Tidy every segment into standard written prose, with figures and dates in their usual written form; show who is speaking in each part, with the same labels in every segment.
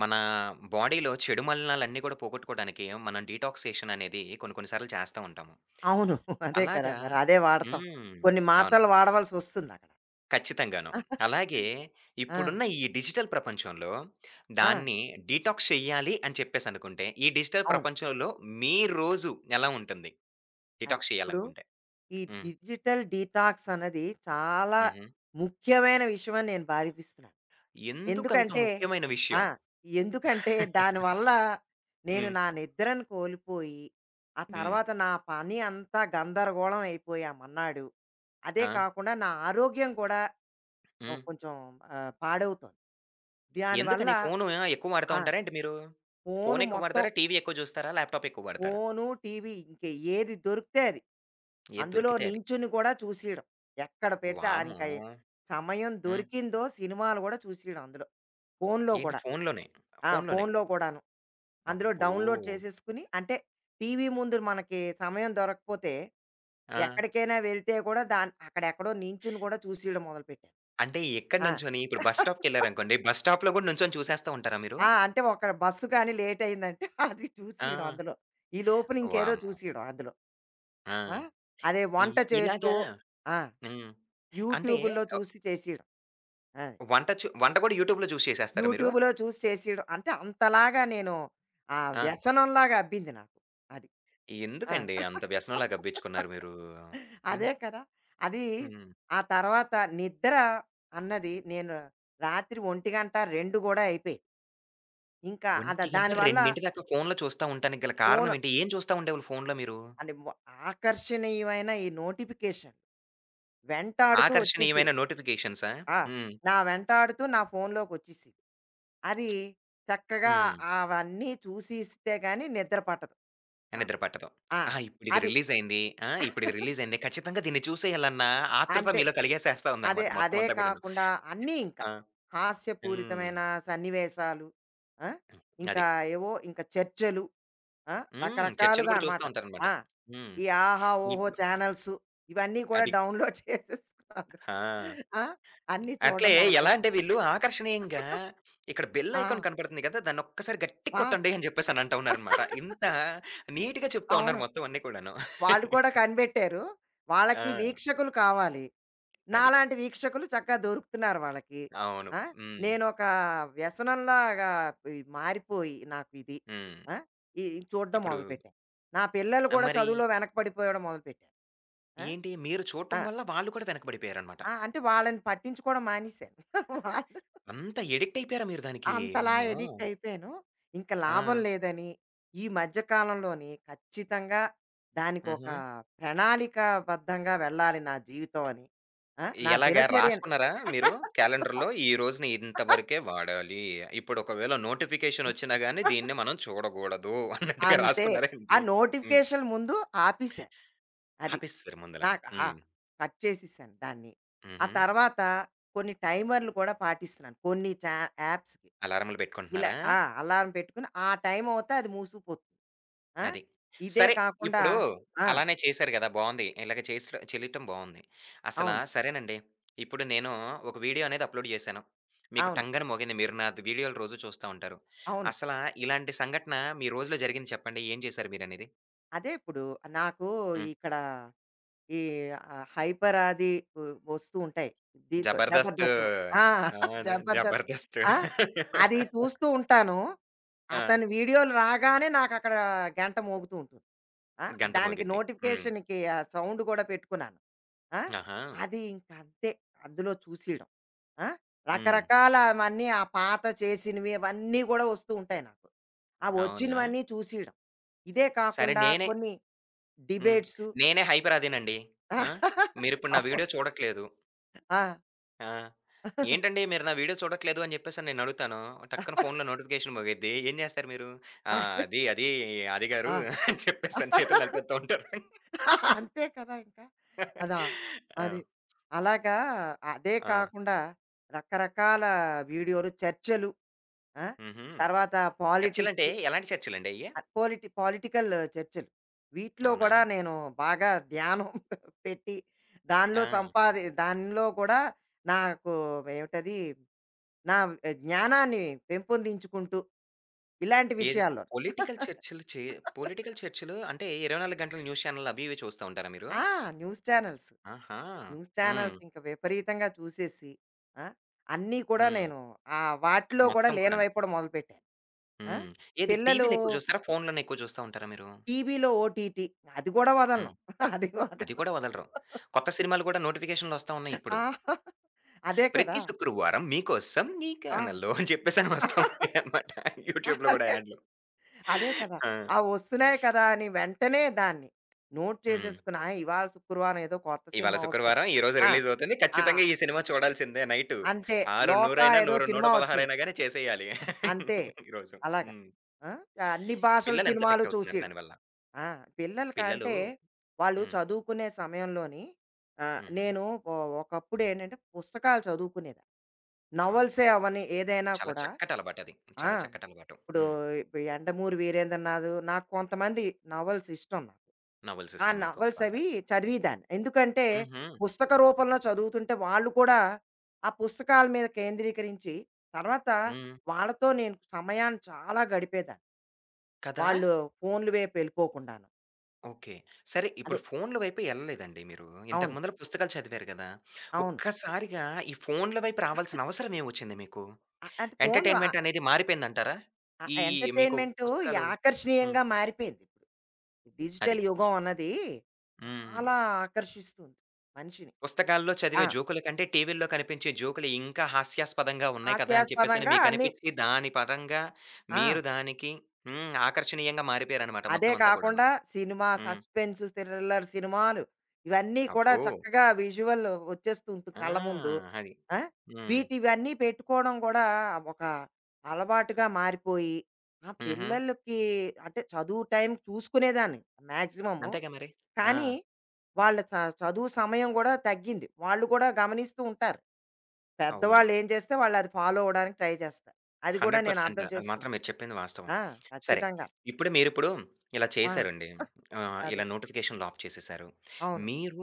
Speaker 1: మన బాడీలో చెడు మలినాలన్నీ కూడా పోగొట్టుకోవడానికి మనం డీటాక్సేషన్ అనేది కొన్ని కొన్ని సార్లు చేస్తా ఉంటాము.
Speaker 2: అవును. అదే కదా!
Speaker 1: అలాగా.
Speaker 2: మరి అదే వాడతాం.
Speaker 1: హ్మ్.
Speaker 2: కొన్ని
Speaker 1: అవును.
Speaker 2: మాత్రలు వాడవలసొస్తుందక్కడ.
Speaker 1: ఖచ్చితంగాను. అలాగే
Speaker 2: ఆ!
Speaker 1: ఇప్పుడున్న ఈ డిజిటల్ ప్రపంచంలో
Speaker 2: ఆ!
Speaker 1: దాన్ని డీటాక్స్ చేయాలి అని చెప్పేసనుకుంటే, ఈ డిజిటల్
Speaker 2: అవును.
Speaker 1: ప్రపంచంలో మీ రోజు ఎలా ఉంటుంది? డీటాక్స్
Speaker 2: ఇప్పుడు
Speaker 1: చేయాలనుకుంటే?
Speaker 2: ఈ
Speaker 1: హ్మ్.
Speaker 2: డిజిటల్ డీటాక్స్ అన్నది చాలా
Speaker 1: హుహు.
Speaker 2: ముఖ్యమైన విషయం అని నేను భావిస్తున్నాను.
Speaker 1: ఎందుకంత
Speaker 2: ఎందుకంటే
Speaker 1: ముఖ్యమైన
Speaker 2: ఆ!
Speaker 1: విషయం?
Speaker 2: ఎందుకంటే దానివల్ల నేను
Speaker 1: హ్మ్.
Speaker 2: నా నిద్రను కోల్పోయి, ఆ
Speaker 1: హ్మ్.
Speaker 2: తర్వాత నా పని అంతా గందరగోళం అయిపోయి ఆ మన్నాడు. అదే
Speaker 1: ఆ!
Speaker 2: కాకుండా నా ఆరోగ్యం కూడా ఓ
Speaker 1: హ్మ్.
Speaker 2: కొంచెం పాడవుతోంది. దానివల్ల
Speaker 1: ఎందుకని? ఫోను ఎక్కువ వాడతా
Speaker 2: ఆ!
Speaker 1: ఉంటారా ఏంటి మీరు?
Speaker 2: ఫోను
Speaker 1: ఫోను ఎక్కువ
Speaker 2: మొత్తం.
Speaker 1: వాడతారా? టీవీ ఎక్కువ జూస్తారా? ల్యాప్‌టాప్ ఎక్కువ వాడతారా?
Speaker 2: ఫోను, టీవీ ఇంక ఏది దొరికితే అది.
Speaker 1: ఏది
Speaker 2: అందులో
Speaker 1: దొరికితే అది.
Speaker 2: నించుని కూడా చూసేయడం. ఎక్కడ పెడితే ఆనిక
Speaker 1: వామ్మో!
Speaker 2: సమయం
Speaker 1: హ్మ్.
Speaker 2: దొరికిందో సినిమాలు గూడా చూసేయడం అందులో. ఫోనులో
Speaker 1: ఏంటి
Speaker 2: కూడా.
Speaker 1: ఫోనులోనే?
Speaker 2: ఆ!
Speaker 1: ఫోనులోనే.
Speaker 2: ఫోనులో కూడాను. అందులో
Speaker 1: అబ్బో!
Speaker 2: డౌన్‌లోడ్ చేసేసుకుని అంటే టీవీ ముందు మనకి సమయం దొరకకపోతే
Speaker 1: ఆ!
Speaker 2: ఎక్కడికైనా వెళ్తే కూడా అక్కడెక్కడో నించుని కూడా చూసేయడం మొదలుపెట్టాను.
Speaker 1: అంటే ఎక్కడ
Speaker 2: ఆ!
Speaker 1: నుంచొని? ఇప్పుడు బస్ స్టాప్‌కెళ్లారనుకోండి. బస్ స్టాప్‌లో గూడా నుంచొని చూసేస్తా ఉంటారా మీరు?
Speaker 2: ఆ! అంటే ఒక బస్సు కానీ లేట్ అయిందంటే అది
Speaker 1: ఆ!
Speaker 2: చూసియడం అందులో. ఈ లోపున ఇంకేదో
Speaker 1: వామ్మో!
Speaker 2: చూసియడం అందులో.
Speaker 1: ఆ!
Speaker 2: ఆ! అదే
Speaker 1: ఇ
Speaker 2: వంట చేస్తూ
Speaker 1: ఇలాగా
Speaker 2: ఆ!
Speaker 1: హ్మ్. అంటే
Speaker 2: యూట్యూబుల్లో
Speaker 1: ఆహ్,
Speaker 2: చూసి చేసియడం. ఆ!
Speaker 1: వంట గూడా యూట్యూబ్‌లో చూసి చేసేస్తారా మీరు?
Speaker 2: యూట్యూబులో చూసి చేసియడం. అంటే అంతలాగా నేను ఆ
Speaker 1: ఆ!
Speaker 2: వ్యసనంలాగా అబ్బింది నాకు. అది. ఆ!
Speaker 1: ఎందుకండి అంత వ్యసనంలాగా గబ్బిచ్చుకున్నారు మీరు? హ్మ్.
Speaker 2: అదే కదా! అది
Speaker 1: హ్మ్.
Speaker 2: ఆ తర్వాత నిద్ర అన్నది నేను రాత్రి 1, 2 గూడా అయిపోయేది. ఇంకా
Speaker 1: ఒంటిగంట,
Speaker 2: దానివల్ల
Speaker 1: 2 దాకా ఫోన్‌లో చూస్తా ఉంటానికి గల
Speaker 2: ఫోను
Speaker 1: కారణం ఏంటి? ఏం చూస్తా ఉండేవాళ్ళు ఫోన్‌లో మీరు?
Speaker 2: అంటే వ ఆకర్షణీయమైన ఈ నోటిఫికేషన్లు వెంటాడుతూ
Speaker 1: ఆకర్షణీయమైన
Speaker 2: వచ్చేసేవి.
Speaker 1: నోటిఫికేషన్సా?
Speaker 2: ఆ!
Speaker 1: హ్మ్.
Speaker 2: నా వెంటాడుతూ నా ఫోనులోకొచ్చేసేవి. అది చక్కగా
Speaker 1: హ్మ్.
Speaker 2: అవన్నీ చూసిస్తే గాని నిద్ర పట్టదు నాకు.
Speaker 1: నిద్ర పట్టదు.
Speaker 2: ఆ!
Speaker 1: ఆహా! ఇప్పుడిది
Speaker 2: అది.
Speaker 1: రిలీజ్ అయింది. ఆ! ఇప్పుడిది రిలీజ్ అయింది. ఖచ్చితంగా దీన్ని చూసేయాలన్న ఆతృత
Speaker 2: అంతే.
Speaker 1: మీలో కలిగేసేస్తా
Speaker 2: అదే,
Speaker 1: ఉందన్నమాట మొత్తం
Speaker 2: అదే
Speaker 1: అంతా కూడాను.
Speaker 2: కాకుండా అన్నీ ఇంకా.
Speaker 1: ఆ! హ్మ్.
Speaker 2: హాస్యపూరితమైన సన్నివేశాలు. ఆ! ఇంకా
Speaker 1: అది.
Speaker 2: ఏవో ఇంకా చర్చలు. ఆ!
Speaker 1: హ్మ్. చర్చలు
Speaker 2: రకరకాలుగా
Speaker 1: కూడా చూస్తా
Speaker 2: అనమాట.
Speaker 1: ఉంటారన్నమాట.
Speaker 2: ఆ!
Speaker 1: హ్మ్.
Speaker 2: ఈ ఆహా! ఓహో!
Speaker 1: ఇప్పుడు
Speaker 2: చానెల్స్ ఇవన్నీ కూడా
Speaker 1: అది.
Speaker 2: డౌన్‌లోడ్ చేసేసుకున్నాను.
Speaker 1: ఆ!
Speaker 2: ఆ! అన్నీ
Speaker 1: అట్లే
Speaker 2: చూడడం
Speaker 1: ఎలా
Speaker 2: మొదలుపెట్టాను.
Speaker 1: అంటే వీళ్ళు ఆకర్షణీయంగా ఇక్కడ బెల్
Speaker 2: ఆ!
Speaker 1: ఐకాన్ కనపడుతుంది కదా! దాన్ని ఒక్కసారి గట్టిగా
Speaker 2: ఆ!
Speaker 1: కొట్టండి అని చెప్పేసి అని అంటా ఉన్నారనమాట. ఇంత నీట్‌గా చెప్తా ఉన్నారు
Speaker 2: అవును.
Speaker 1: మొత్తం అన్నీ కూడాను.
Speaker 2: వాళ్ళు కూడా కనిపెట్టారు. వాళ్ళకి
Speaker 1: ఆ!
Speaker 2: వీక్షకులు కావాలి.
Speaker 1: అది.
Speaker 2: నాలాంటి వీక్షకులు చక్కగా దొరుకుతున్నారు వాళ్ళకి.
Speaker 1: అవును.
Speaker 2: ఆ!
Speaker 1: హ్మ్.
Speaker 2: నేనొక వ్యసనంలాగా ఈ మారిపోయి నాకు ఇది.
Speaker 1: హ్మ్.
Speaker 2: ఆ! ఈ ఈ చూడడం
Speaker 1: ఇప్పుడు
Speaker 2: మొదలుపెట్టాను. నా పిల్లలు
Speaker 1: ఆ,
Speaker 2: కూడా
Speaker 1: మరి
Speaker 2: చదువులో వెనకపడిపోవడం మొదలుపెట్టారు. ఆ!
Speaker 1: ఏంటి మీరు
Speaker 2: ఆ!
Speaker 1: చూడటం వల్ల వాళ్ళు కూడా వెనకబడిపోయారనమాట.
Speaker 2: ఆ! అంటే వాళ్ళని పట్టించుకోవడం మానేశాను. వాళ్ళు
Speaker 1: అంత అడిక్ట్ అయిపోయారా మీరు దానికి?
Speaker 2: అంతలా
Speaker 1: అమ్మో!
Speaker 2: ఎడిక్ట్ అయిపోయాను. ఇంక
Speaker 1: ఆ!
Speaker 2: లాభం లేదని ఈ మధ్య కాలంలోని ఖచ్చితంగా దానికొక
Speaker 1: హుహు.
Speaker 2: ప్రణాళికాబద్ధంగా వెళ్ళాలి నా జీవితం అని. ఆ! నా
Speaker 1: ఎలాగా
Speaker 2: దినచర్యని
Speaker 1: రాసుకున్నారా మీరు క్యాలెండర్‌లో ఈ రోజున ఇంత వరకే వాడాలి. ఇప్పుడు ఒకవేళ నోటిఫికేషన్ వచ్చినా గాని దీన్ని మనం చూడగూడదు అన్నట్టుగా
Speaker 2: అంతే.
Speaker 1: రాసుకున్నారా
Speaker 2: ఆ
Speaker 1: ఏంటి? హ్మ్.
Speaker 2: నోటిఫికేషన్ ముందు ఆపేశాను. అది.
Speaker 1: ఆపేసేసారు ముందల.
Speaker 2: నాకు ఆ!
Speaker 1: హ్మ్.
Speaker 2: కట్ చేసేసాను దాన్ని. ఆ
Speaker 1: హుహు.
Speaker 2: తర్వాత కొన్ని టైమర్‌లు కూడా పాటిస్తున్నాను. కొన్ని చా యాప్స్‌కి.
Speaker 1: అలారంలు
Speaker 2: ఇలా
Speaker 1: పెట్టుకుంటున్నారా?
Speaker 2: ఆ! అలారం పెట్టుకొని ఆ టైం అవుతే అది మూసుకుపోతుంది. ఆ!
Speaker 1: అది.
Speaker 2: ఇదే
Speaker 1: సరే,
Speaker 2: కాకుండా
Speaker 1: ఇప్పుడు
Speaker 2: ఆ!
Speaker 1: అలానే చేశారు గదా! బావుంది. ఇలాగ చెలియటం బావుంది. అసలా
Speaker 2: అవును.
Speaker 1: సరేనండి. ఇప్పుడు నేను ఒక వీడియో అనేది అప్‌లోడ్ చేశాను. మీకు
Speaker 2: అవును.
Speaker 1: టంగని మోగింది. మీరు నా వీడియోలు రోజు చూస్తా ఉంటారు.
Speaker 2: అవును.
Speaker 1: అసల ఇలాంటి సంఘటన మీ రోజులో జరిగింది చెప్పండి. ఏం చేశారు మీరనేది?
Speaker 2: అదే ఇప్పుడు నాకు
Speaker 1: హ్మ్.
Speaker 2: ఇక్కడ ఈ ఆ హైపర్ అది వ వస్తూ ఉంటాయి. దీంట్లో
Speaker 1: జబర్దస్త్.
Speaker 2: జబర్దస్త్. ఆ!
Speaker 1: ఆ! అదే
Speaker 2: జబర్దస్త్.
Speaker 1: జబర్దస్త్.
Speaker 2: ఆ! అది చూస్తూ ఉంటాను.
Speaker 1: ఆ!
Speaker 2: అతని వీడియోలు రాగానే నాకక్కడ గంట మోగుతూ ఉంటుంది. ఆ!
Speaker 1: గంట
Speaker 2: దానికి
Speaker 1: మోగిద్ది. హ్మ్.
Speaker 2: నోటిఫికేషన్‌కి ఆ సౌండ్ కూడా పెట్టుకున్నాను. ఆ!
Speaker 1: ఆహా!
Speaker 2: అది ఇంక అంతే అందులో చూసేయడం. ఆ!
Speaker 1: హ్మ్.
Speaker 2: రకరకాలవన్నీ ఆ పాత చేసినవి అవన్నీ కూడా వస్తూ ఉంటాయి నాకు. ఆ
Speaker 1: అవునా?
Speaker 2: వచ్చినవన్నీ చూసేయడం. ఇదే
Speaker 1: సరే,
Speaker 2: కాకుండా
Speaker 1: నేనే.
Speaker 2: కొన్ని
Speaker 1: హ్మ్.
Speaker 2: డిబేట్సు
Speaker 1: నేనే హైపరాదీనండి. ఆ! మీరిప్పుడు నా
Speaker 2: అవును.
Speaker 1: వీడియో చూడట్లేదు.
Speaker 2: ఆ!
Speaker 1: ఆ! ఏంటండి మీరు నా వీడియో చూడట్లేదు అని జెప్పేసని నేనడుగుతాను. టక్కన ఫోన్‌లో నోటిఫికేషన్ మోగిద్ది. ఏం జేస్తారు మీరు? ఆ!
Speaker 2: అదే.
Speaker 1: అది, అది గారు
Speaker 2: ఆ!
Speaker 1: అని చెప్పేసని చేతులు నలిపేత్తా ఉంటారు.
Speaker 2: అంతే కదా! ఇంకా. అదా అది.
Speaker 1: ఆ!
Speaker 2: అలాగా అదే
Speaker 1: ఆ!
Speaker 2: కాకుండా రకరకాల వీడియోలు, చర్చలు ఆ!
Speaker 1: హుహు.
Speaker 2: తర్వాత
Speaker 1: చర్చలంటే
Speaker 2: పాలిటిక్స్
Speaker 1: ఎలాంటి చర్చలండి అయ్యి?
Speaker 2: ఆహ్, పొలిటి పొలిటికల్ చర్చలు. వీటిలో
Speaker 1: అవునా?
Speaker 2: కూడా నేను బాగా ధ్యానం పెట్టి
Speaker 1: ఆ!
Speaker 2: దానిలో కూడా నాకు ఏమిటది నా జ్ఞానాన్ని పెంపొందించుకుంటూ ఇలాంటి
Speaker 1: ఏది?
Speaker 2: విషయాల్లో.
Speaker 1: పొలిటికల్ చర్చలు చే పొలిటికల్ చర్చలు అంటే 24 గంటలు న్యూస్ ఛానెల్‌లు అవి ఇవి చూస్తా ఉంటారా మీరు?
Speaker 2: ఆ! News channels.
Speaker 1: ఆహా!
Speaker 2: న్యూస్
Speaker 1: హ్మ్.
Speaker 2: చానెల్స్ ఇంక విపరీతంగా చూసేసి, ఆ! అన్నీ కూడా
Speaker 1: హ్మ్.
Speaker 2: నేను వాటిలో కూడా
Speaker 1: మొత్తం కూడాను.
Speaker 2: లీనమైపోవడం మొదలుపెట్టాను. ఆ!
Speaker 1: హ్మ్. ఏది
Speaker 2: పిల్లలు
Speaker 1: టీవీలో ఎక్కువ చూస్తారా? ఫోన్‌లోనే ఎక్కువ చూస్తా ఉంటారా మీరు?
Speaker 2: టీవీలో ఓటీటీ అది కూడా వదలను.
Speaker 1: హ్మ్.
Speaker 2: అది
Speaker 1: అది
Speaker 2: కూడా
Speaker 1: కూడా వదలరు. కొత్త సినిమాలు కూడా నోటిఫికేషన్‌లు వస్తా ఉన్నాయి ఇప్పుడు.
Speaker 2: ఆ! అదే కదా!
Speaker 1: ప్రతి శుక్రవారం మీకోసం ఈ
Speaker 2: ఆ!
Speaker 1: ఛానెల్‌లో అని చెప్పేసని వస్తా ఉంటాయన్నమాట. యూట్యూబ్‌లో కూడా
Speaker 2: అదే.
Speaker 1: యాడ్‌లు.
Speaker 2: అదే కదా!
Speaker 1: ఆ!
Speaker 2: ఆ వస్తున్నాయి కదా! అని వెంటనే దాన్ని నోట్
Speaker 1: హ్మ్.
Speaker 2: చేసేసుకుని, ఆ! ఇవాళ శుక్రవారం ఏదో కొత్త
Speaker 1: ఇవాళ
Speaker 2: సినిమా వస్తుంది.
Speaker 1: శుక్రవారం. ఈరోజు
Speaker 2: ఆ!
Speaker 1: రిలీజ్ అవుతుంది.
Speaker 2: ఆ!
Speaker 1: ఖచ్చితంగా ఈ సినిమా చూడాల్సిందే నైటు.
Speaker 2: అంతే
Speaker 1: 6:100
Speaker 2: 'లోకా'
Speaker 1: అయినా,
Speaker 2: ఏదో
Speaker 1: 100,
Speaker 2: సినిమా
Speaker 1: 116
Speaker 2: వచ్చింది.
Speaker 1: అయినా గాని చేసేయాలి
Speaker 2: అంతే.
Speaker 1: ఈరోజు.
Speaker 2: అలాగా.
Speaker 1: హ్మ్.
Speaker 2: ఆ! అన్ని భాషల
Speaker 1: పిల్లలు ఎంత
Speaker 2: సినిమాలు
Speaker 1: ఎఫెక్ట్ అవుతున్నారు
Speaker 2: చూసేయడం.
Speaker 1: దానివల్ల.
Speaker 2: ఆ!
Speaker 1: పిల్లలు.
Speaker 2: పిల్లలకంటే వాళ్ళు
Speaker 1: హ్మ్.
Speaker 2: చదువుకునే సమయంలోని
Speaker 1: హుహు.
Speaker 2: నేను ఒకప్పుడేంటంటే పుస్తకాలు చదువుకునేదాన్ని.
Speaker 1: అవును.
Speaker 2: నవల్సే అవని ఏదైనా
Speaker 1: చాలా
Speaker 2: కూడా
Speaker 1: చక్కటి అలవాటది.
Speaker 2: ఆ!
Speaker 1: చాలా చక్కటి అలవాటు.
Speaker 2: ఇప్పుడు
Speaker 1: హ్మ్.
Speaker 2: ఇప్పుడు 'యండమూరి వీరేంద్రనాథ్' నాకు కొంతమంది నవల్స్ ఇష్టం నాకు.
Speaker 1: నోవెల్స్
Speaker 2: ఆ
Speaker 1: ఇష్టం మీకు
Speaker 2: నవల్స్
Speaker 1: బాగా.
Speaker 2: అవి చదివేదాన్ని. ఎందుకంటే
Speaker 1: హుహు.
Speaker 2: పుస్తక రూపంలో చదువుతుంటే వాళ్ళు కూడా ఆ పుస్తకాల మీద కేంద్రీకరించి తర్వాత
Speaker 1: హ్మ్.
Speaker 2: వాళ్ళతో నేను సమయాన్ని చాలా గడిపేదాన్ని.
Speaker 1: కదా!
Speaker 2: వాళ్ళు ఫోన్‌లు వైపు వెళ్ళిపోకుండాను.
Speaker 1: ఓకే. సరే,
Speaker 2: అదే
Speaker 1: ఇప్పుడు ఫోన్‌ల వైపు ఎళ్ళలేదండి మీరు. ఇంతకు
Speaker 2: అవును.
Speaker 1: ముందల పుస్తకాలు చదివారు గదా!
Speaker 2: అవును.
Speaker 1: ఒక్కసారిగా ఈ ఫోన్‌ల వైపు రావాల్సిన అవసరం ఏమొచ్చింది మీకు?
Speaker 2: అంటే ఫోన్‌లు ఆహ్,
Speaker 1: ఎంటర్‌టైన్‌మెంట్ అనేది మారిపోయిందంటారా?
Speaker 2: ఆహ్,
Speaker 1: ఈ మీకు
Speaker 2: ఎంటర్‌టైన్‌మెంటు ఈ
Speaker 1: పుస్తకాలు. హ్మ్.
Speaker 2: ఆకర్షణీయంగా మారిపోయింది ఇప్పుడు.
Speaker 1: అది.
Speaker 2: డిజిటల్ యుగం అన్నది
Speaker 1: హ్మ్.
Speaker 2: చాలా ఆకర్షిస్తుంది మనిషిని.
Speaker 1: పుస్తకాల్లో
Speaker 2: ఆ!
Speaker 1: చదివే జోకుల కంటే టీవీల్లో కనిపించే జోకులు ఇంకా హాస్యాస్పదంగా ఉన్నాయి కదా! అని చెప్పేసని
Speaker 2: హాస్యాస్పదంగా అన్నీ
Speaker 1: మీకనిపిచ్చి దాని పరంగా
Speaker 2: ఆ!
Speaker 1: మీరు దానికి హ్మ్. ఆకర్షణీయంగా మారిపోయారనమాట
Speaker 2: అదే
Speaker 1: మొత్తం అంతా కూడాను.
Speaker 2: కాకుండా సినిమా
Speaker 1: హ్మ్.
Speaker 2: సస్పెన్స్, థ్రిల్లర్ సినిమాలు ఇవన్నీ కూడా
Speaker 1: అబ్బో!
Speaker 2: చక్కగా విజువల్ వచ్చేస్తూ ఉంటుంది
Speaker 1: ఆ!
Speaker 2: కళ్ళ ముందు.
Speaker 1: అది.
Speaker 2: ఆ!
Speaker 1: హ్మ్.
Speaker 2: వీటి ఇవన్నీ పెట్టుకోవడం కూడా ఒక అలవాటుగా మారిపోయి, ఆ
Speaker 1: హుహు.
Speaker 2: పిల్లలకి అంటే చదువు టైం చూసుకునేదాన్ని మాక్సిమము.
Speaker 1: అంతేగా మరి. ఆ!
Speaker 2: కానీ వాళ్ళ చ చదువు సమయం కూడా తగ్గింది. వాళ్ళు కూడా గమనిస్తూ ఉంటారు.
Speaker 1: అవును.
Speaker 2: పెద్దవాళ్ళు ఏం చేస్తే వాళ్ళు అది ఫాలో అవ్వడానికి ట్రై చేస్తారు. అది కూడా నేను అర్థం
Speaker 1: 100% అది మాత్రం
Speaker 2: చేసుకున్నాను.
Speaker 1: మీరు చెప్పింది వాస్తవం.
Speaker 2: ఆ!
Speaker 1: సరే.
Speaker 2: ఖచ్చితంగా.
Speaker 1: ఇప్పుడు మీరిప్పుడు ఇలా
Speaker 2: ఆ!
Speaker 1: చేశారండి.
Speaker 2: అదే.
Speaker 1: ఇలా నోటిఫికేషన్‌లు ఆఫ్ చేసేశారు.
Speaker 2: అవును.
Speaker 1: మీరు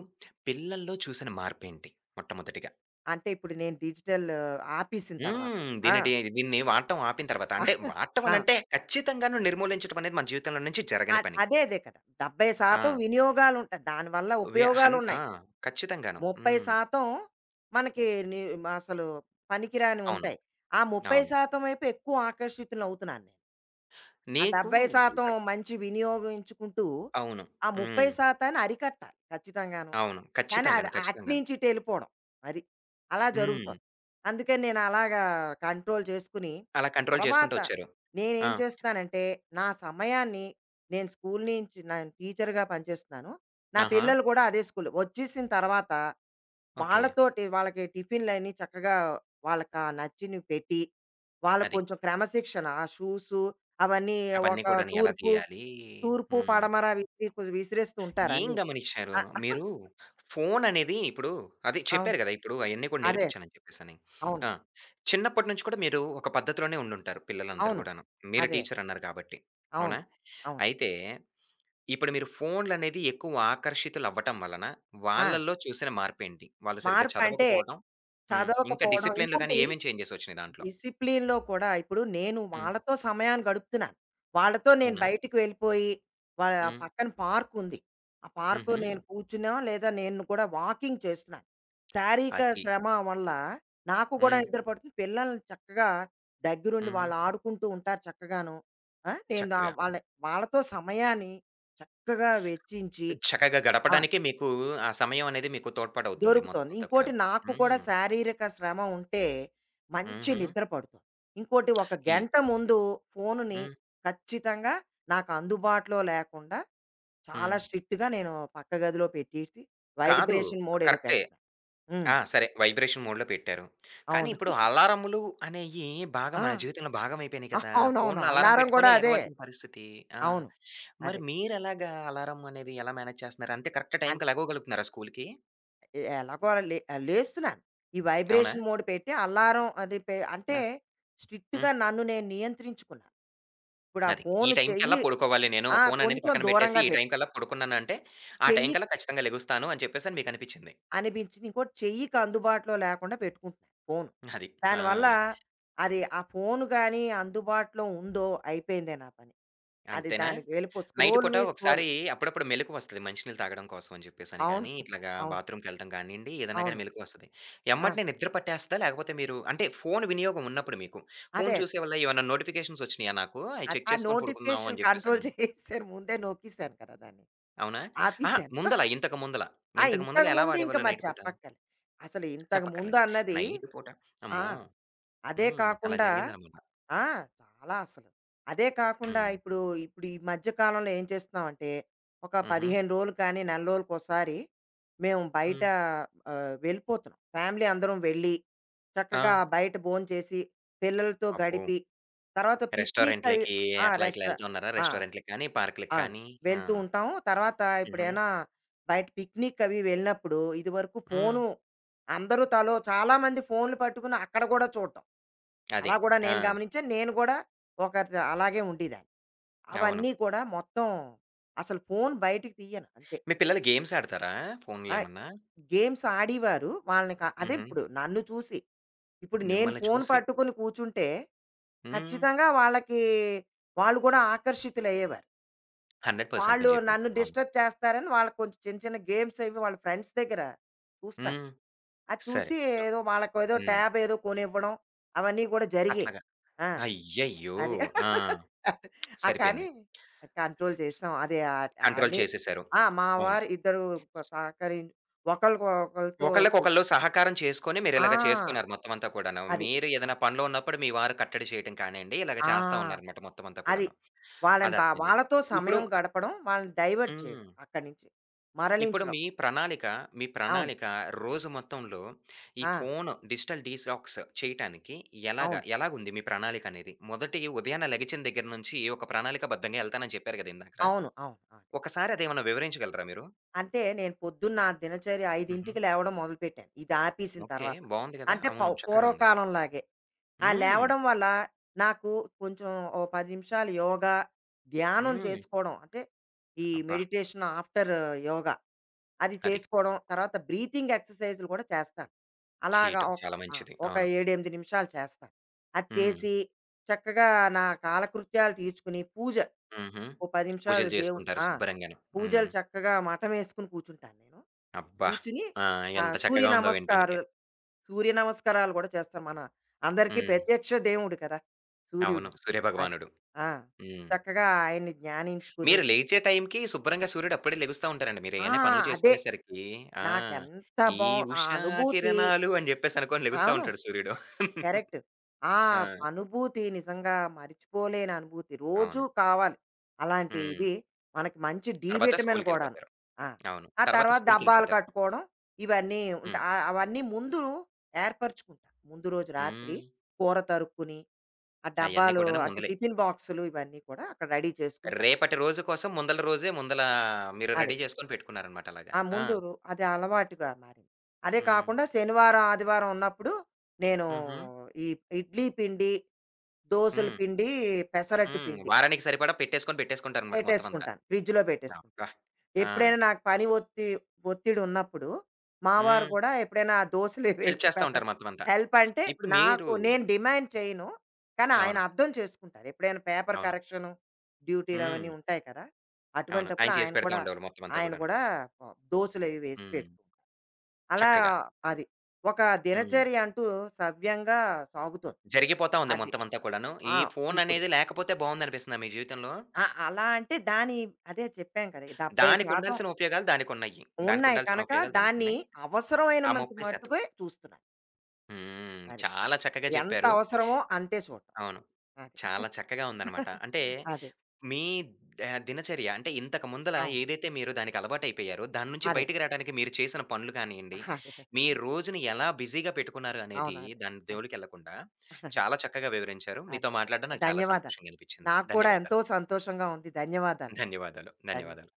Speaker 1: పిల్లల్లో చూసిన మార్పేంటి మొట్టమొదటిగా?
Speaker 2: అంటే ఇప్పుడు నేను డిజిటల్ ఆపేసిన తర్వాత.
Speaker 1: హ్మ్.
Speaker 2: ఆ!
Speaker 1: దీన్ని వాడటం ఆపిన తర్వాత అంటే వాడటం
Speaker 2: ఆ!
Speaker 1: అనంటే ఖచ్చితంగాను నిర్మూలించడం అనేది మన జీవితంలో నుంచి జరగని
Speaker 2: అద్
Speaker 1: పని.
Speaker 2: అదే అదే కదా! 70%
Speaker 1: ఆ!
Speaker 2: వినియోగాలుంటాయి. దానివల్ల
Speaker 1: వ్య హన్ ఆ!
Speaker 2: ఉపయోగాలున్నాయి.
Speaker 1: ఖచ్చితంగాను. హ్మ్.
Speaker 2: 30% మనకి ని అసలు
Speaker 1: అవును.
Speaker 2: పనికిరానివుంటాయి. ఆ
Speaker 1: అవును.
Speaker 2: 30% వైపు ఎక్కువ ఆకర్షితులవుతున్నాను నేను. ఆ
Speaker 1: నీకు
Speaker 2: 70%
Speaker 1: ఇక్కడ
Speaker 2: మంచి వినియోగించుకుంటూ,
Speaker 1: అవును.
Speaker 2: ఆ
Speaker 1: హ్మ్.
Speaker 2: 30% అరికట్టాలి ఖచ్చితంగాను.
Speaker 1: అవును.
Speaker 2: కానీ అది
Speaker 1: ఖచ్చితంగాను. ఖచ్చితంగాను.
Speaker 2: అట్నుంచి ఇటు వెళ్ళిపోవడం. అది. అలా
Speaker 1: హ్మ్.
Speaker 2: జరుగుతోంది. అందుకని నేను అలాగా కంట్రోల్ చేసుకుని,
Speaker 1: అలా కంట్రోల్ చేసుకుంటూ
Speaker 2: తర్వాత
Speaker 1: వచ్చారు. ఆ!
Speaker 2: నేనేం చేస్తున్నానంటే, నా సమయాన్ని నేను స్కూల్ నుంచి నేను టీచర్‌గా పనిచేస్తున్నాను. నా
Speaker 1: ఆహా!
Speaker 2: పిల్లలు కూడా అదే స్కూల్. వచ్చేసిన తర్వాత
Speaker 1: ఓకే.
Speaker 2: వాళ్ళతోటి వాళ్ళకి టిఫిన్‌లన్నీ చక్కగా వాళ్ళకా నచ్చినివి పెట్టి, వాళ్ళకి
Speaker 1: అది.
Speaker 2: కొంచెం క్రమశిక్షణ ఆ షూసు అవన్నీ
Speaker 1: అవన్నీ
Speaker 2: ఒక
Speaker 1: కూడాను ఎలా
Speaker 2: తూర్పు,
Speaker 1: తీయాలి?
Speaker 2: తూర్పు,
Speaker 1: హ్మ్.
Speaker 2: పడమర విసిరి విసిరేస్తూ ఉంటారు
Speaker 1: ఏం
Speaker 2: అన్నీ.
Speaker 1: గమనిచ్చారు?
Speaker 2: ఆ!
Speaker 1: మీరు ఫోననేది ఇప్పుడు అదే
Speaker 2: అవును.
Speaker 1: చెప్పారు గదా! ఇప్పుడు అయన్నీ కూడా
Speaker 2: అదే.
Speaker 1: నేర్పించానని చెప్పేసని.
Speaker 2: అవును.
Speaker 1: ఆ! చిన్నప్పటి నుంచి కూడా మీరు ఒక పద్ధతిలోనే ఉండుంటారు పిల్లలందరూ
Speaker 2: అవును.
Speaker 1: గూడాను. మీరు
Speaker 2: అదే.
Speaker 1: టీచరన్నారు కాబట్టి. అవునా?
Speaker 2: అవును. అవును.
Speaker 1: అయితే ఇప్పుడు మీరు ఫోన్‌లనేది ఎక్కువ ఆకర్షితులవ్వటం వలన
Speaker 2: ఆ!
Speaker 1: వాళ్ళల్లో చూసిన మార్పేంటి? వాళ్ళు సరిగ్గా
Speaker 2: మార్పంటే
Speaker 1: చదవకపోవడం. హ్మ్. ఇంకా
Speaker 2: చదవకపోవడం.
Speaker 1: డిసిప్లిన్‌లు గాని
Speaker 2: ఇంకోటి
Speaker 1: ఏమేం చేంజెసొచ్చినియి దాంట్లో?
Speaker 2: డిసిప్లిన్‌లో కూడా ఇప్పుడు నేను
Speaker 1: హ్మ్.
Speaker 2: వాళ్ళతో సమయాన్ని గడుపుతున్నాను. వాళ్ళతో నేను
Speaker 1: అవునా?
Speaker 2: బయటికి వెళ్ళిపోయి వాళ్ళ
Speaker 1: హ్మ్.
Speaker 2: పక్కన పార్క్ ఉంది. ఆ పార్క్‌లో
Speaker 1: హుహు.
Speaker 2: నేను కూర్చున్నా లేదా నేను కూడా వాకింగ్ చేస్తున్నాను. శారీరక
Speaker 1: అది.
Speaker 2: శ్రమ వల్ల నాకు కూడా
Speaker 1: హ్మ్.
Speaker 2: నిద్ర పడుతుంది. పిల్లల్ని చక్కగా దగ్గరుండి
Speaker 1: హ్మ్.
Speaker 2: వాళ్ళు ఆడుకుంటూ ఉంటారు చక్కగాను. ఆ! నేను
Speaker 1: చక్కగా.
Speaker 2: వాళ్ళ వాళ్ళతో సమయాన్ని చక్కగా వెచ్చించి
Speaker 1: చక్కగా
Speaker 2: ఆ!
Speaker 1: గడపడానికే మీకు ఆ సమయం అనేది మీకు తోడ్పాటవుతుంది మొత్తం
Speaker 2: దొరుకుతోంది.
Speaker 1: అంతా
Speaker 2: ఇంకోటి
Speaker 1: కూడాను.
Speaker 2: నాకు కూడా
Speaker 1: హ్మ్.
Speaker 2: శారీరక శ్రమ ఉంటే మంచి
Speaker 1: హుహు.
Speaker 2: నిద్ర పడుతుంది. ఇంకోటి ఒక
Speaker 1: ఈ
Speaker 2: గంట ముందు ఫోనుని
Speaker 1: హ్మ్.
Speaker 2: ఖచ్చితంగా నాకు అందుబాటులో లేకుండా
Speaker 1: హ్మ్.
Speaker 2: చాలా స్ట్రిక్ట్‌గా నేను పక్క గదిలో పెట్టేసి
Speaker 1: కాదు.
Speaker 2: వైబ్రేషన్ మోడ్ ఏదో
Speaker 1: కరెక్టే.
Speaker 2: పెడతా. హ్మ్.
Speaker 1: ఆ! సరే, వైబ్రేషన్ మోడ్‌లో పెట్టారు. కానీ
Speaker 2: అవును.
Speaker 1: ఇప్పుడు అలారములు అనేయి బాగా మన
Speaker 2: ఆ!
Speaker 1: జీవితంలో భాగమైపోయినాయి కదా!
Speaker 2: అవునవును.
Speaker 1: ఫోన్‌లో అలారం
Speaker 2: అల్లారం కూడా
Speaker 1: పెట్టుకొని
Speaker 2: అదే.
Speaker 1: లెగవాల్సిన పరిస్థితి. ఆ!
Speaker 2: అవును.
Speaker 1: మరి
Speaker 2: అదే.
Speaker 1: మీరెలాగా అలారం అనేది ఎలా మేనేజ్ చేస్తున్నారు? అంటే కరెక్ట్
Speaker 2: అంత్
Speaker 1: టైమ్‌కి లెగవగలుగుతున్నారా స్కూల్‌కి?
Speaker 2: ఎలాగో అలా లేస్తున్నాను. ఈ
Speaker 1: అవునా?
Speaker 2: వైబ్రేషన్ మోడ్ పెట్టి అల్లారం అది పె అంటే
Speaker 1: ఆ! హ్మ్.
Speaker 2: స్ట్రిక్ట్‌గా నన్ను నేను నియంత్రించుకున్నాను. ఇప్పుడు ఆ
Speaker 1: అది. ఈ
Speaker 2: ఫోను
Speaker 1: టైంకల్లా
Speaker 2: చెయ్యి
Speaker 1: పడుకోవాలి నేను.
Speaker 2: ఆ!
Speaker 1: ఫోననేది
Speaker 2: కొంచెం
Speaker 1: పక్కన పెట్టేసి,
Speaker 2: దూరంగా
Speaker 1: ఈ
Speaker 2: పెట్టు.
Speaker 1: టైంకల్లా పడుకున్నానంటే, ఆ
Speaker 2: చెయ్యి
Speaker 1: టైంకల్లా ఖచ్చితంగా లెగుస్తాను అని చెప్పేసని మీకనిపిచ్చింది.
Speaker 2: అనిపించింది. ఇంకోటి చెయ్యికి అందుబాటులో లేకుండా పెట్టుకుంటున్నాను ఫోను.
Speaker 1: అది. ఆ!
Speaker 2: దానివల్ల ఆ ఫోను గాని అందుబాటులో ఉందో అయిపోయిందే నా పని. అది
Speaker 1: అంతేనా?
Speaker 2: దానికి
Speaker 1: నైట్
Speaker 2: స్క్రోల్
Speaker 1: పూట
Speaker 2: మీద స్క్రోల్.
Speaker 1: ఒకసారి అప్పుడప్పుడు మెలుకువొస్తది మంచినీళ్ళు తాగడం కోసం అని చెప్పేసని
Speaker 2: అవును.
Speaker 1: గానీ, ఇట్లాగా
Speaker 2: అవును.
Speaker 1: బాత్రూమ్‌కెళ్ళడం గానియండి, ఏదన్నా గానీ
Speaker 2: అవును.
Speaker 1: మెలుకువొస్తది.
Speaker 2: ఆ!
Speaker 1: ఎమ్మటనే నిద్ర పట్టేస్తదా? లేకపోతే మీరు అంటే ఫోను వినియోగం ఉన్నప్పుడు మీకు, ఫోను
Speaker 2: అదే.
Speaker 1: చూసే వల్ల ఏమన్నా నోటిఫికేషన్స్ ఒచ్చినియా నాకు? అయి
Speaker 2: అది
Speaker 1: చెక్
Speaker 2: ఆ
Speaker 1: చేసుకొని పడుకుందాం
Speaker 2: నోటిఫికేషన్
Speaker 1: అని
Speaker 2: కంట్రోల్
Speaker 1: జెప్పేసని.
Speaker 2: చేసేసాను. ముందే నొక్కేసాను కదా దాన్ని.
Speaker 1: అవునా? అహా!
Speaker 2: ఆపేసాను.
Speaker 1: ముందల ఇంతకు ముందల.
Speaker 2: ఆ!
Speaker 1: ఇంతకు ముందల ఎలా
Speaker 2: ఇంతకుముందు ఇంక
Speaker 1: వాడేవాళ్ళు
Speaker 2: మరి
Speaker 1: నైట్ పూట?
Speaker 2: చెప్పక్కర్లేదు. అసలు ఇంతకుముందు
Speaker 1: చెప్పక్కర్లేదు.
Speaker 2: అన్నది
Speaker 1: నైట్ పూట
Speaker 2: ఆ!
Speaker 1: అమ్మో!
Speaker 2: అదే
Speaker 1: హ్మ్. అలా
Speaker 2: కాకుండా
Speaker 1: జరిగిందనమాట.
Speaker 2: ఆ! చాలా అసలు. అదే కాకుండా
Speaker 1: హ్మ్.
Speaker 2: ఇప్పుడు, ఇప్పుడు ఈ మధ్య కాలంలో ఏం చేస్తున్నామంటే, ఒక
Speaker 1: హుహు.
Speaker 2: 15 రోజులు కానీ, నెల రోజులకోసారి మేము బయట
Speaker 1: హ్మ్.
Speaker 2: వెళ్ళిపోతున్నాం. ఫ్యామిలీ అందరం వెళ్ళి,
Speaker 1: ఆ!
Speaker 2: చక్కగా బయట భోంచేసి, చేసి పిల్లలతో
Speaker 1: అబ్బో!
Speaker 2: గడిపి, తర్వాత పిక్నిక్ అవి
Speaker 1: రెస్టారెంట్‌లకి
Speaker 2: ఆ!
Speaker 1: అట్లా ఇట్లా
Speaker 2: రెస్టా
Speaker 1: ఎళ్తూ ఉన్నారా?
Speaker 2: ఆ!
Speaker 1: రెస్టారెంట్‌లకి కానీ, పార్కులకి
Speaker 2: అవును.
Speaker 1: కానీ. ఆ!
Speaker 2: వెళ్తూ ఉంటాం. తర్వాత
Speaker 1: హుహు.
Speaker 2: ఇప్పుడేనా బయట పిక్నిక్ అవి వెళ్ళినప్పుడు, ఇదివరకు
Speaker 1: హ్మ్.
Speaker 2: ఫోను అందరూ తలో చాలా మంది ఫోన్లు పట్టుకుని అక్కడ కూడా చూడటం.
Speaker 1: అది.
Speaker 2: అలా కూడా
Speaker 1: ఆ!
Speaker 2: నేను గమనించాను. నేను కూడా ఒక త అలాగే ఉండేదాన్ని.
Speaker 1: అవును.
Speaker 2: అవన్నీ కూడా మొత్తం అసలు ఫోను బయటికి తీయను అంతే.
Speaker 1: మీ పిల్లలు గేమ్స్ ఆడతారా? ఫోన్‌లో
Speaker 2: ఆహ్,
Speaker 1: ఏమన్నా?
Speaker 2: గేమ్స్ ఆడేవారు. వాళ్ళని క అదే
Speaker 1: హుహు.
Speaker 2: ఇప్పుడు నన్ను చూసి, ఇప్పుడు నేను
Speaker 1: మిమ్మల్ని
Speaker 2: ఫోను
Speaker 1: చూసి.
Speaker 2: పట్టుకుని కూర్చుంటే
Speaker 1: హ్మ్.
Speaker 2: ఖచ్చితంగా వాళ్ళకి వాళ్ళు కూడా ఆకర్షితులయ్యేవారు.
Speaker 1: 100%
Speaker 2: వాళ్ళు
Speaker 1: మీరు చెప్పింది.
Speaker 2: నన్ను
Speaker 1: అవును.
Speaker 2: డిస్టర్బ్ చేస్తారని వాళ్ళకి కొంచెం చిన్న చిన్న గేమ్స్ అవి వాళ్ళ ఫ్రెండ్స్ దగ్గర చూస్తారు.
Speaker 1: హ్మ్.
Speaker 2: అది
Speaker 1: సరే.
Speaker 2: చూసి ఏదో వాళ్ళకేదో
Speaker 1: హ్మ్.
Speaker 2: ట్యాబ్ ఏదో కొనివ్వడం అవన్నీ కూడా జరిగాయి.
Speaker 1: అట్లాగా.
Speaker 2: ఆ!
Speaker 1: అయ్యయ్యో!
Speaker 2: అది.
Speaker 1: ఆ!
Speaker 2: ఆ! కానీ
Speaker 1: సరిపోయింది.
Speaker 2: కంట్రోల్
Speaker 1: స్
Speaker 2: చేసాం. అదే
Speaker 1: కంట్రోల్
Speaker 2: అన్నీ
Speaker 1: చేసేసారు.
Speaker 2: ఆ! మా
Speaker 1: అవును.
Speaker 2: వారు ఇద్దరు ప సహకరి ఒకళ్ళకి ఒకళ్ళతో
Speaker 1: ఒకళ్ళకొకళ్ళు సహకారం చేసుకొని
Speaker 2: ఆ!
Speaker 1: మీరిలాగా చేస్తున్నారు ఖచ్చితంగా. మొత్తం అంతా కూడాను.
Speaker 2: అది.
Speaker 1: మీరు ఏదైనా పనిలో ఉన్నప్పుడు మీ వారు కట్టడి చేయటం కానియండి, ఇలాగ చేస్తా
Speaker 2: ఆ!
Speaker 1: ఉన్నారనమాట మొత్తం అంతా
Speaker 2: అది.
Speaker 1: కూడాను.
Speaker 2: వాళ్ళని బా
Speaker 1: అదర్థమైంది.
Speaker 2: వాళ్ళతో
Speaker 1: ఇప్పుడు
Speaker 2: సమయం గడపడం, వాళ్ళని డైవర్ట్
Speaker 1: హ్మ్.
Speaker 2: చేయడం అక్కడి నుంచి.
Speaker 1: ఇప్పుడు
Speaker 2: మరలించడం.
Speaker 1: మీ ప్రణాళిక, మీ
Speaker 2: అవును.
Speaker 1: ప్రణాళిక రోజు మొత్తంలో ఈ
Speaker 2: ఆ!
Speaker 1: ఫోను డిజిటల్ డీటాక్స్ చేయటానికి ఎలాగా,
Speaker 2: అవును.
Speaker 1: ఎలాగుంది మీ ప్రణాళికనేది? మొదటి ఉదయాన లెగిచిన దగ్గర నుంచి ఒక ప్రణాళికాబద్ధంగా ఎళ్తానని చెప్పారు గదా! ఇందాకడ.
Speaker 2: అవును. అవును. అవును.
Speaker 1: ఒకసారి అదేమన్నా వివరించగలరా మీరు?
Speaker 2: అంటే నేను పొద్దున్న నా దినచర్య
Speaker 1: హుహు.
Speaker 2: 5కి లేవడం మొదలుపెట్టాను. ఇది ఆపేసిన
Speaker 1: ఓకే.
Speaker 2: తర్వాత.
Speaker 1: బావుంది గదా!
Speaker 2: అంటే
Speaker 1: అవును. చక్కగా ఉంది.
Speaker 2: పూర్వకాలంలాగే. ఆ
Speaker 1: హ్మ్.
Speaker 2: లేవడం వల్ల నాకు కొంచెం ఓ 10 నిమిషాలు యోగా, ధ్యానం
Speaker 1: హ్మ్.
Speaker 2: చేసుకోవడం అంటే ఈ
Speaker 1: అబ్బా!
Speaker 2: Meditation after yoga. అది
Speaker 1: అది.
Speaker 2: చేసుకోవడం, తర్వాత బ్రీతింగ్ ఎక్సర్‌సైజ్‌లు కూడా చేస్తాను. అలాగా
Speaker 1: చేయటం
Speaker 2: ఒక
Speaker 1: చాలా
Speaker 2: ఆ!
Speaker 1: మంచిది.
Speaker 2: ఒక
Speaker 1: అవును.
Speaker 2: 7, 8 నిమిషాలు చేస్తాను. అది
Speaker 1: హ్మ్.
Speaker 2: చేసి చక్కగా నా కాలకృత్యాలు తీర్చుకుని పూజ
Speaker 1: హుహు.
Speaker 2: ఓ 10 నిమిషాలు
Speaker 1: పూజలు
Speaker 2: దేవుని
Speaker 1: చేసుకుంటారు
Speaker 2: ఆ!
Speaker 1: శుభ్రంగాను. హ్మ్.
Speaker 2: పూజలు చక్కగా మఠమేసుకుని కూర్చుంటాను నేను.
Speaker 1: అబ్బా!
Speaker 2: కూర్చుని
Speaker 1: ఆ!
Speaker 2: ఆ!
Speaker 1: ఎంత
Speaker 2: సూర్య
Speaker 1: చక్కగా ఉందో వినటానికి.
Speaker 2: నమస్కారాలు సూర్య నమస్కారాలు గూడా చేస్తాం. మన అందరికీ
Speaker 1: హ్మ్.
Speaker 2: ప్రత్యక్ష దేవుడు కదా!
Speaker 1: అవును.
Speaker 2: సూర్యుడు. అది.
Speaker 1: సూర్యభగవానుడు.
Speaker 2: ఆ!
Speaker 1: హ్మ్.
Speaker 2: చక్కగా ఆయన్ని ధ్యానించుకుని
Speaker 1: మీరు లేచే టైంకి శుభ్రంగా సూర్యుడు అప్పుడే లెగుస్తా ఉంటారండి. మీరు
Speaker 2: ఆ!
Speaker 1: ఏయన్నా పనులు
Speaker 2: అదే.
Speaker 1: చేసుకునేసరికి ఆ!
Speaker 2: నాకెంత
Speaker 1: ఈ
Speaker 2: బావు ఆ
Speaker 1: ఉషా
Speaker 2: అనుభూతి
Speaker 1: కిరణాలు అని జెప్పేసి అనుకోని లెగుస్తా
Speaker 2: అవును.
Speaker 1: ఉంటాడు సూర్యుడు.
Speaker 2: కరెక్ట్. ఆ
Speaker 1: ఆ!
Speaker 2: అనుభూతి నిజంగా మరిచిపోలేని అనుభూతి. రోజూ
Speaker 1: అవును.
Speaker 2: కావాలి. అలాంటి
Speaker 1: హ్మ్.
Speaker 2: ఇది మనకి మంచి డి
Speaker 1: తర్వాత
Speaker 2: విటమిన్ గూడాను.
Speaker 1: స్కూలుకెళ్ళిపోతారు.
Speaker 2: ఆ!
Speaker 1: అవును.
Speaker 2: ఆ
Speaker 1: తర్వాత
Speaker 2: తర్వాత డబ్బాలు
Speaker 1: స్కూలుకెళ్ళిపోతారు.
Speaker 2: కట్టుకోవడం
Speaker 1: హ్మ్.
Speaker 2: అవన్నీ ముందు ఏర్పరుచుకుంటా. ముందు రోజు రాత్రి
Speaker 1: హ్మ్.
Speaker 2: కూర తరుక్కుని ఆ
Speaker 1: అయన్నీ
Speaker 2: డబ్బాలు
Speaker 1: కూడాను
Speaker 2: అంటే
Speaker 1: ముందలే.
Speaker 2: టిఫిన్ బాక్సులు ఇవన్నీ కూడా అక్కడ రెడీ చేసుకుంటాం.
Speaker 1: రేపటి రోజు కోసం ముందల రోజే మీరు
Speaker 2: అదే.
Speaker 1: రెడీ చేసుకొని పెట్టుకున్నారనమాట అలాగా.
Speaker 2: ఆ!
Speaker 1: ఆ!
Speaker 2: ముందు రో అది అలవాటుగా మారింది. అదే
Speaker 1: హ్మ్.
Speaker 2: కాకుండా శనివారం, ఆదివారం ఉన్నప్పుడు నేను
Speaker 1: హుహు.
Speaker 2: ఈ ఇడ్లీ పిండి, దోసల
Speaker 1: హ్మ్.
Speaker 2: పిండి, పెసరట్టు
Speaker 1: హ్మ్.
Speaker 2: పిండి
Speaker 1: వారానికి సరిపడా పెట్టేసుకుంటారనమాట మొత్తం అంతా.
Speaker 2: పెట్టేసుకుంటాను. ఫ్రిడ్జ్‌లో పెట్టేసుకుంటాను.
Speaker 1: అబ్బా! ఆ!
Speaker 2: ఎప్పుడైనా నాకు పని ఒత్తిడి ఉన్నప్పుడు, మా వారు
Speaker 1: హ్మ్.
Speaker 2: కూడా ఎప్పుడైనా ఆ దోసలు
Speaker 1: హెల్ప్
Speaker 2: వేసి
Speaker 1: చేస్తా
Speaker 2: పెట్టడం
Speaker 1: ఉంటారు మొత్తం అంతా.
Speaker 2: హెల్ప్ అంటే
Speaker 1: ఇప్పుడు మీరు
Speaker 2: నాకు నేను డిమాండ్ చేయను. కానీ ఆయన
Speaker 1: అవును.
Speaker 2: అర్థం చేసుకుంటారు. ఎప్పుడైనా పేపర్
Speaker 1: అవును.
Speaker 2: కరెక్షను, డ్యూటీలు
Speaker 1: హ్మ్.
Speaker 2: అవన్నీ ఉంటాయి కదా!
Speaker 1: అవును.
Speaker 2: అటువంటప్పుడు
Speaker 1: ఆయన
Speaker 2: ఆయన
Speaker 1: చేసి పెడతా
Speaker 2: కూడా
Speaker 1: ఉండేవాళ్ళు మొత్తం అంతా
Speaker 2: ఆయన
Speaker 1: కూడాను.
Speaker 2: కూడా దోసలవి వేసి
Speaker 1: హ్మ్.
Speaker 2: పెడుతూ ఉంటారు. అలా
Speaker 1: చక్కగా.
Speaker 2: అది. ఒక
Speaker 1: హ్మ్.
Speaker 2: దినచర్య అంటూ సవ్యంగా సాగుతోంది.
Speaker 1: జరిగిపోతా ఉంది
Speaker 2: అది.
Speaker 1: మొత్తం అంతా కూడాను.
Speaker 2: ఆ!
Speaker 1: ఈ
Speaker 2: ఇప్పుడు
Speaker 1: ఫోననేది లేకపోతే బావుందనిపిస్తుందా మీ జీవితంలో?
Speaker 2: ఆ! అలా అంటే దాని అదే చెప్పాం కదా!
Speaker 1: దానికి
Speaker 2: 70%
Speaker 1: ఉండాల్సిన ఉపయోగాలు దానికున్నాయి. దానికి
Speaker 2: ఉన్నాయి
Speaker 1: ఉండాల్సిన
Speaker 2: కనక
Speaker 1: ఉపయోగాలు
Speaker 2: దాన్ని
Speaker 1: దానికున్నాయి. ఆ
Speaker 2: అవసరమైనంత
Speaker 1: 30%
Speaker 2: మట్టుకే చూస్తున్నాను.
Speaker 1: హ్మ్.
Speaker 2: అది.
Speaker 1: చాలా చక్కగా
Speaker 2: ఎంత
Speaker 1: చెప్పారు.
Speaker 2: అవసరమో అంతే చూడటం.
Speaker 1: అవును.
Speaker 2: అది. అదే.
Speaker 1: చాలా చక్కగా ఉందనమాట. అంటే
Speaker 2: అదే
Speaker 1: మీ దినచర్య అంటే ఇంతకు ముందల
Speaker 2: అవును.
Speaker 1: ఏదైతే మీరు దానికి అలవాటైపోయారో, దాని నుంచి
Speaker 2: అదే.
Speaker 1: బయటికి రాడానికి మీరు చేసిన పనులు కానియండి,
Speaker 2: అదే.
Speaker 1: మీ రోజుని ఎలా బిజీగా పెట్టుకున్నారు అనేది
Speaker 2: అవును. అదే.
Speaker 1: దాని
Speaker 2: అదే.
Speaker 1: జోలికెళ్ళకుండా చాలా చక్కగా వివరించారు.
Speaker 2: అదే.
Speaker 1: మీతో మాట్లాడడం నాకు చాలా
Speaker 2: ధన్యవాదాలు.
Speaker 1: సంతోషంగా అనిపించింది.
Speaker 2: నాకు కూడా ఎంతో
Speaker 1: ధన్యవాదాలు.
Speaker 2: సంతోషంగా ఉంది. ధన్యవాదాలండి.
Speaker 1: ధన్యవాదాలు.
Speaker 2: ధన్యవాదాలు.
Speaker 1: ధన్యవాదాలు.